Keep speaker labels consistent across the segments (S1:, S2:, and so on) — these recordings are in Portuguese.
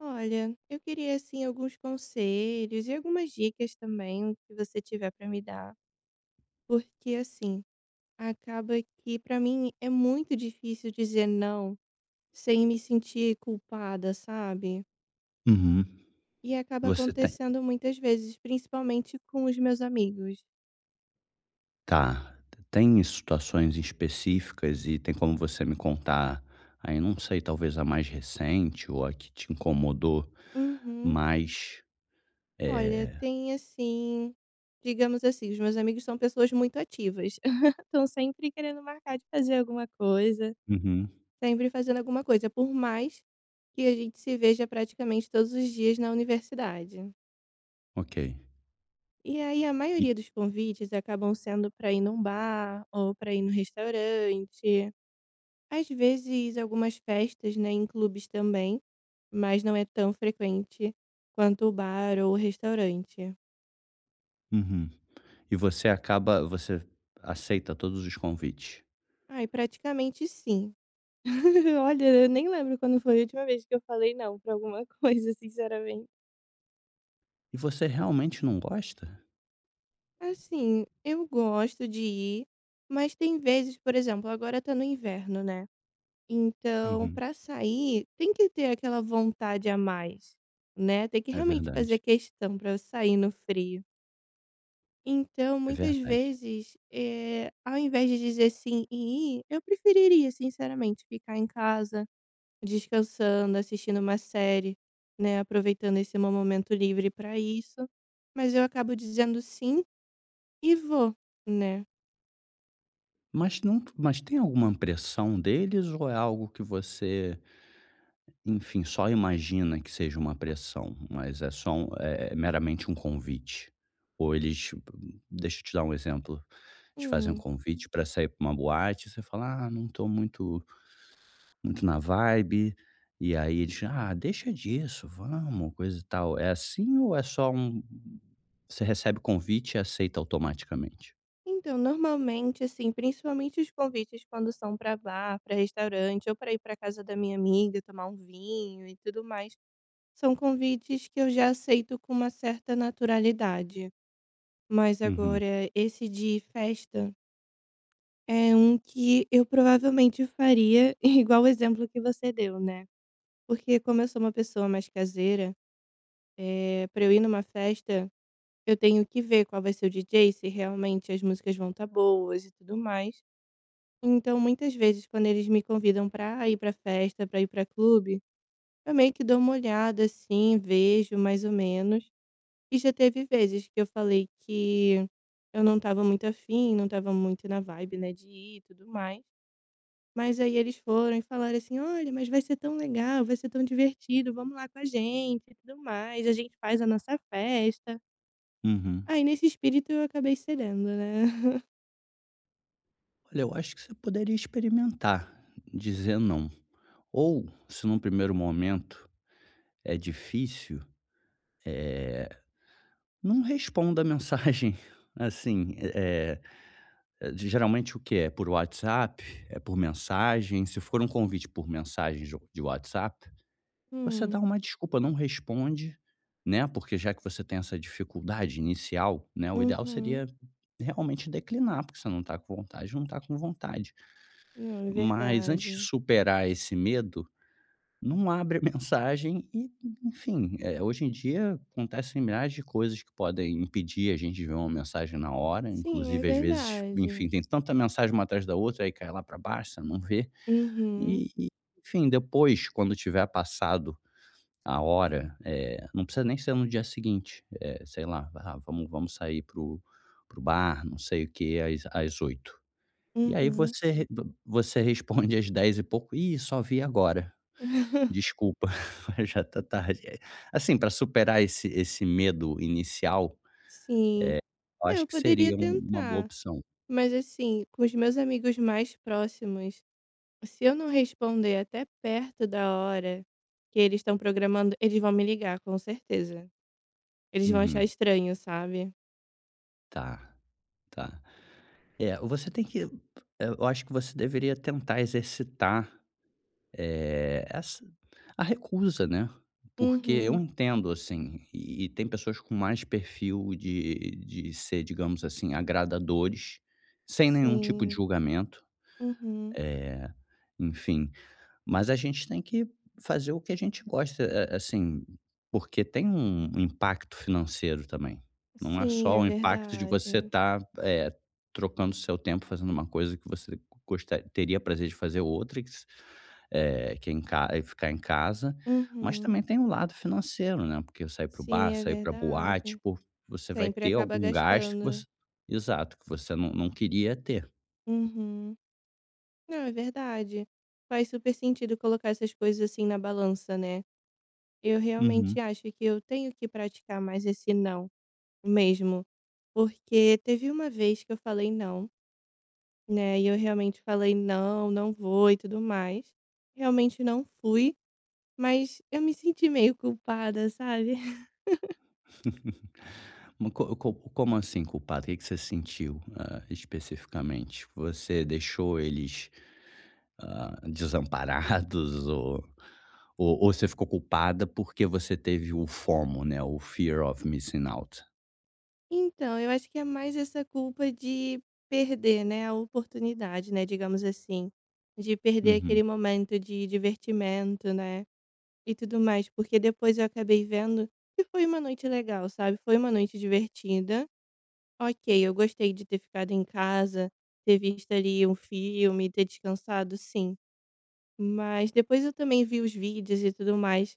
S1: Olha, eu queria assim alguns conselhos e algumas dicas também que você tiver para me dar, porque assim, acaba que para mim é muito difícil dizer não sem me sentir culpada, sabe?
S2: Uhum.
S1: E acaba
S2: Você tem
S1: acontecendo muitas vezes, principalmente com os meus amigos.
S2: Tá. Tem situações específicas e tem como você me contar, aí não sei, talvez a mais recente ou a que te incomodou
S1: Uhum.
S2: mais,
S1: Olha,
S2: eh
S1: tem assim, digamos assim, os meus amigos são pessoas muito ativas. Estão sempre querendo marcar de fazer alguma coisa.
S2: uhum,
S1: Sempre fazendo alguma coisa, por mais que a gente se veja praticamente todos os dias na universidade.
S2: ok.
S1: E aí a
S2: E
S1: maioria dos convites acabam sendo para ir num bar ou para ir no restaurante, às vezes algumas festas, né, em clubes também, mas não é tão frequente quanto o bar ou o restaurante.
S2: uhum. E você aceita todos os convites.
S1: Ai, praticamente sim. Olha, eu nem lembro quando foi a última vez que eu falei não para alguma coisa, sinceramente.
S2: E você realmente não gosta?
S1: Assim, eu gosto de ir, mas tem vezes, por exemplo, agora tá no inverno, né? Então,
S2: Uhum.
S1: pra sair, tem que ter aquela vontade a mais, né? Tem que
S2: É
S1: realmente fazer
S2: verdade,
S1: questão pra eu sair no frio. Então,
S2: é
S1: muitas
S2: verdade.
S1: vezes, ao invés de dizer sim e ir, eu preferiria, sinceramente, ficar em casa, descansando, assistindo uma série, né? Aproveitando esse meu momento livre pra isso. Mas eu acabo dizendo sim e vou, né?
S2: Mas não mas tem alguma pressão deles ou é algo que você enfim, só imagina que seja uma pressão, mas é só meramente um convite. Ou eles tipo, deixa eu te dar um exemplo, te fazem um
S1: Hum.
S2: convite para sair para uma boate, você fala: "Ah, não tô muito na vibe", e aí eles: "Ah, deixa disso, vamos", coisa e tal. É assim ou é só você recebe o convite e aceita automaticamente?
S1: Então, normalmente, assim, principalmente os convites quando são para bar, para restaurante ou para ir para casa da minha amiga, tomar um vinho e tudo mais, são convites que eu já aceito com uma certa naturalidade. Mas
S2: Uhum,
S1: agora, esse de festa é um que eu provavelmente faria igual o exemplo que você deu, né? Porque como eu sou uma pessoa mais caseira, pra eu ir numa festa, eu tenho que ver qual vai ser o DJ, se realmente as músicas vão estar boas e tudo mais. Então, muitas vezes, quando eles me convidam pra ir pra festa, pra ir pra clube, eu meio que dou uma olhada, assim, vejo mais ou menos. E já teve vezes que eu falei que eu não estava muito afim, não estava muito na vibe, né, de ir e tudo mais. Mas aí eles foram e falaram assim: "Olha, mas vai ser tão legal, vai ser tão divertido, vamos lá com a gente e tudo mais, a gente faz a nossa festa".
S2: uhum.
S1: Aí, nesse espírito, eu acabei cedendo, né.
S2: Olha, eu acho que você poderia experimentar dizer não. Ou, se num primeiro momento é difícil, eh, não responda a mensagem, assim, geralmente o que é? Por WhatsApp? É por mensagem? Se for um convite por mensagem de WhatsApp, você dá
S1: Hum.
S2: uma desculpa, não responde, né, porque já que você tem essa dificuldade inicial, né, o ideal
S1: Uhum.
S2: seria realmente declinar, porque você não está com vontade, não está com vontade.
S1: Não, é
S2: Mas antes de
S1: verdade.
S2: superar esse medo, não abre a mensagem e, enfim, hoje em dia acontecem milhares de coisas que podem impedir a gente de ver uma mensagem na hora,
S1: Sim, é
S2: inclusive às vezes, enfim,
S1: verdade.
S2: tem tanta mensagem uma atrás da outra, aí cai lá para baixo, você não vê.
S1: Uhum,
S2: E e, enfim, depois, quando tiver passado a hora, não precisa nem ser no dia seguinte, sei lá, ah, vamos sair pro o bar, não sei o que às 20. E aí
S1: uhum.
S2: você responde às 10 e pouco: "Ih, só vi agora". Desculpa, mas já tá tarde. É, assim, para superar esse medo inicial,
S1: Sim.
S2: eu
S1: É, eu
S2: acho que
S1: poderia
S2: seria uma boa
S1: tentar,
S2: opção.
S1: mas, assim, com os meus amigos mais próximos, se eu não responder até perto da hora que eles estão programando, eles vão me ligar, com certeza. Eles vão achar
S2: Uhum.
S1: estranho, sabe.
S2: Tá, tá. É, você tem que eu acho que você deveria tentar exercitar, essa a recusa, né, porque eu
S1: Uhum,
S2: entendo, assim, e tem pessoas com mais perfil de ser, digamos assim, agradadores, sem nenhum tipo de
S1: sim.
S2: julgamento,
S1: Uhum.
S2: enfim. Mas a gente tem que fazer o que a gente gosta, a assim, porque tem um impacto financeiro também. Não é
S1: Sim,
S2: só
S1: é
S2: o impacto de você
S1: verdade.
S2: estar, trocando seu tempo fazendo uma coisa que você gostaria, teria prazer de fazer outra, que é em ca é ficar em casa, mas
S1: Uhum.
S2: também tem o lado financeiro, né, porque sair para o
S1: Sim,
S2: bar,
S1: é
S2: sair para boate,
S1: verdade.
S2: pô, você vai
S1: Sempre
S2: ter
S1: acaba
S2: algum gasto que
S1: gastando.
S2: você exato, que você não queria ter.
S1: Uhum. Não, é verdade. Faz super sentido colocar essas coisas assim na balança, né? Eu
S2: Uhum.
S1: realmente acho que eu tenho que praticar mais esse não mesmo. Porque teve uma vez que eu falei não, né? E eu realmente falei não, não vou e tudo mais. Realmente não fui, mas eu me senti meio culpada, sabe?
S2: Mas co co como assim culpado? O que que você sentiu, ah, especificamente? Você deixou eles, ah, desamparados ou ou você ficou culpada porque você teve o FOMO, né, o Fear of Missing Out?
S1: Então, eu acho que é mais essa culpa de perder, né? A oportunidade, né? Digamos assim. De perder aquele
S2: Uhum,
S1: momento de divertimento, né? E tudo mais, porque depois eu acabei vendo que foi uma noite legal, sabe, foi uma noite divertida. Ok, eu gostei de ter ficado em casa, ter visto ali um filme, ter descansado, sim. Mas depois eu também vi os vídeos e tudo mais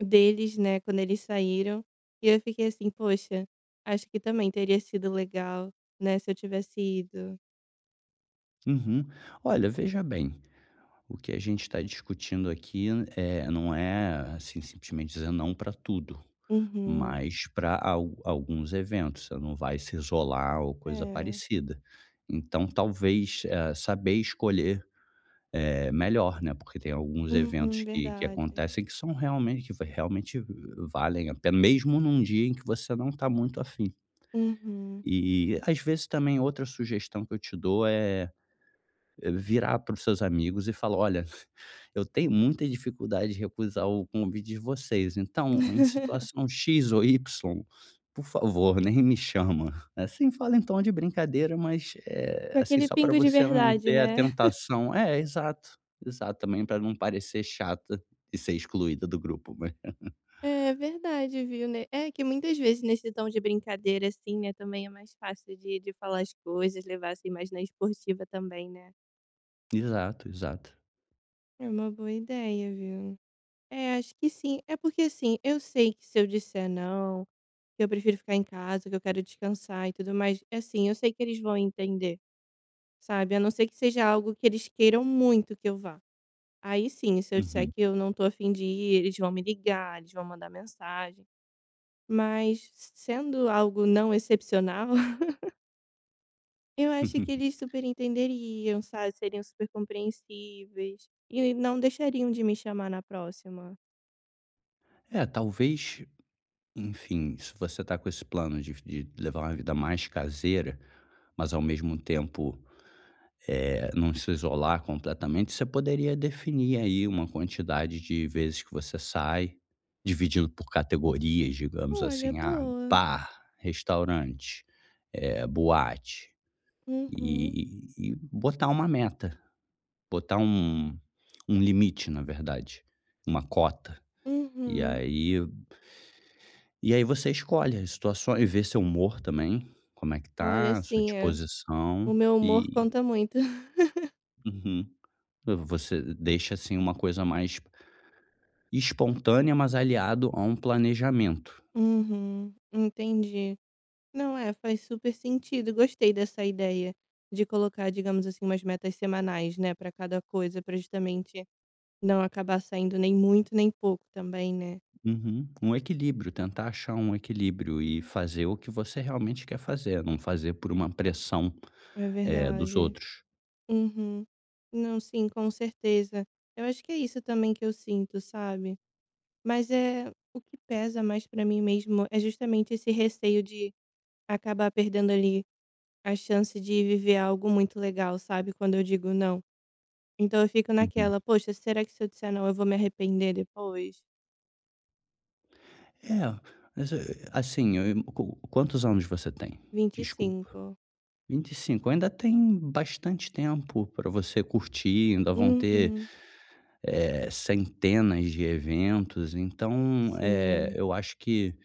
S1: deles, né, quando eles saíram, e eu fiquei assim: "Poxa, acho que também teria sido legal, né, se eu tivesse ido".
S2: uhum. Olha, veja bem, o que a gente está discutindo aqui, não é, assim, simplesmente dizer não para tudo,
S1: Uhum.
S2: mas para alguns eventos, você não vai se isolar ou coisa
S1: É.
S2: parecida. Então talvez, saber escolher é melhor, né, porque tem alguns
S1: Uhum,
S2: eventos que
S1: verdade.
S2: acontecem que são realmente realmente valem a pena, mesmo num dia em que você não está muito afim.
S1: Uhum.
S2: E às vezes também outra sugestão que eu te dou é virar para os seus amigos e falar: "Olha, eu tenho muita dificuldade de recusar o convite de vocês, então, em situação X ou Y, por favor, nem me chama". Assim, fala em tom de brincadeira, mas,
S1: Com
S2: assim,
S1: aquele
S2: só para
S1: pingo de
S2: você não
S1: verdade,
S2: ter a
S1: né?
S2: tentação é, exato, exato, também para não parecer chata e ser excluída do grupo, mas
S1: É verdade, viu, né. É que muitas vezes nesse tom de brincadeira, assim, né, também é mais fácil de falar as coisas, levar, assim, mais na esportiva também, né.
S2: Exato, exato.
S1: É uma boa ideia, viu. É, acho que sim. É porque, assim, eu sei que se eu disser não, que eu prefiro ficar em casa, que eu quero descansar e tudo mais, é assim, eu sei que eles vão entender, sabe, a não ser que seja algo que eles queiram muito que eu vá. Aí sim, se eu disser
S2: Uhum.
S1: que eu não tô a fim de ir, eles vão me ligar, eles vão mandar mensagem. Mas sendo algo não excepcional, eu acho que eles super entenderiam, sabe, seriam super compreensíveis e não deixariam de me chamar na próxima.
S2: É, talvez enfim, se você está com esse plano de levar uma vida mais caseira, mas ao mesmo tempo, não se isolar completamente, você poderia definir aí uma quantidade de vezes que você sai, dividindo por categorias, digamos
S1: Olha,
S2: assim, ah,
S1: boa.
S2: bar, restaurante, boate,
S1: Uhum,
S2: e botar uma meta, botar um um limite, na verdade, uma cota. E
S1: uhum.
S2: aí E aí você escolhe as situações e vê seu humor também, como é que
S1: Olha,
S2: tá, sua
S1: assim, é, o
S2: disposição
S1: meu humor
S2: e
S1: conta muito.
S2: uhum. Você deixa, assim, uma coisa mais espontânea, mas aliado a um planejamento.
S1: Uhum, entendi. Não é, faz super sentido. Gostei dessa ideia de colocar, digamos assim, umas metas semanais, né, para cada coisa, para justamente não acabar saindo nem muito nem pouco também, né?
S2: Uhum. Um equilíbrio, tentar achar um equilíbrio e fazer o que você realmente quer fazer, não fazer por uma pressão,
S1: É
S2: dos
S1: verdade.
S2: outros.
S1: Uhum. Não, sim, com certeza. Eu acho que é isso também que eu sinto, sabe? Mas é o que pesa mais pra mim mesmo é justamente esse receio de acabar perdendo ali a chance de viver algo muito legal, sabe? Quando eu digo não. Então eu fico
S2: Uhum.
S1: naquela, poxa, será que se eu disser não eu vou me arrepender depois?
S2: É, mas, assim, eu qu quantos anos você tem? Desculpa.
S1: 25.
S2: 25, ainda tem bastante tempo para você curtir, ainda vão ter,
S1: Uhum.
S2: centenas de eventos, então,
S1: Sim,
S2: eu acho que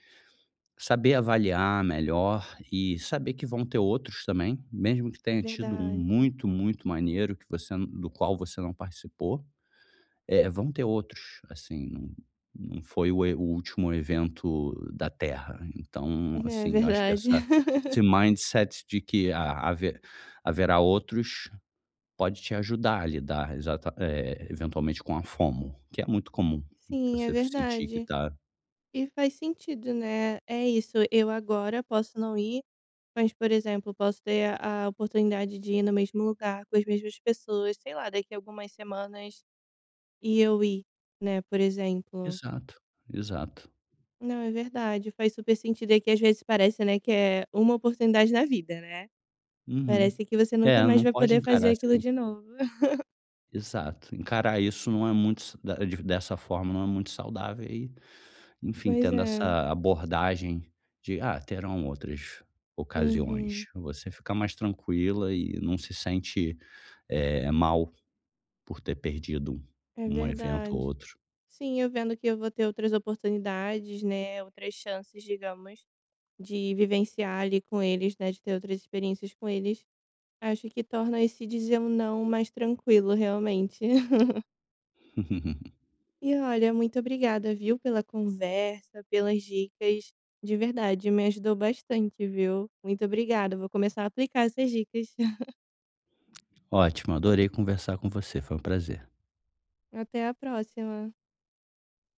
S2: saber avaliar melhor e saber que vão ter outros também, mesmo que
S1: é
S2: tenha tido um
S1: verdade.
S2: muito, muito maneiro que você do qual você não participou, é, vão ter outros, assim, não foi o último evento da Terra. Então,
S1: É
S2: assim, eu acho que
S1: verdade.
S2: essa esse mindset de que ha haver haverá outros, pode te ajudar a lidar eventualmente com a FOMO, que é muito comum,
S1: Sim, é
S2: você sentir que
S1: verdade.
S2: tá
S1: E faz sentido, né. É isso, eu agora posso não ir, mas, por exemplo, posso ter a oportunidade de ir no mesmo lugar, com as mesmas pessoas, sei lá, daqui a algumas semanas e eu ir, né, por exemplo.
S2: exato, exato.
S1: Não, é verdade, faz super sentido. É que às vezes parece, né, que é uma oportunidade na vida, né.
S2: Uhum.
S1: Parece que você nunca
S2: É,
S1: mais
S2: não
S1: vai
S2: pode
S1: poder fazer
S2: encarar
S1: aquilo
S2: assim
S1: de novo.
S2: exato. Encarar isso não é muito sa da de dessa forma não é muito saudável e enfim,
S1: Pois
S2: tendo
S1: é.
S2: essa abordagem de: "Ah, terão outras
S1: Uhum.
S2: ocasiões". Você fica mais tranquila e não se sente, mal por ter perdido
S1: É
S2: um evento ou
S1: verdade.
S2: outro.
S1: Sim, eu vendo que eu vou ter outras oportunidades, né, outras chances, digamos. De vivenciar ali com eles, né, de ter outras experiências com eles, acho que torna esse dizer um não mais tranquilo realmente. E olha, muito obrigada, viu, pela conversa, pelas dicas, de verdade, me ajudou bastante, viu. Muito obrigada, vou começar a aplicar essas dicas.
S2: Ótimo, adorei conversar com você, foi um prazer.
S1: Até a próxima.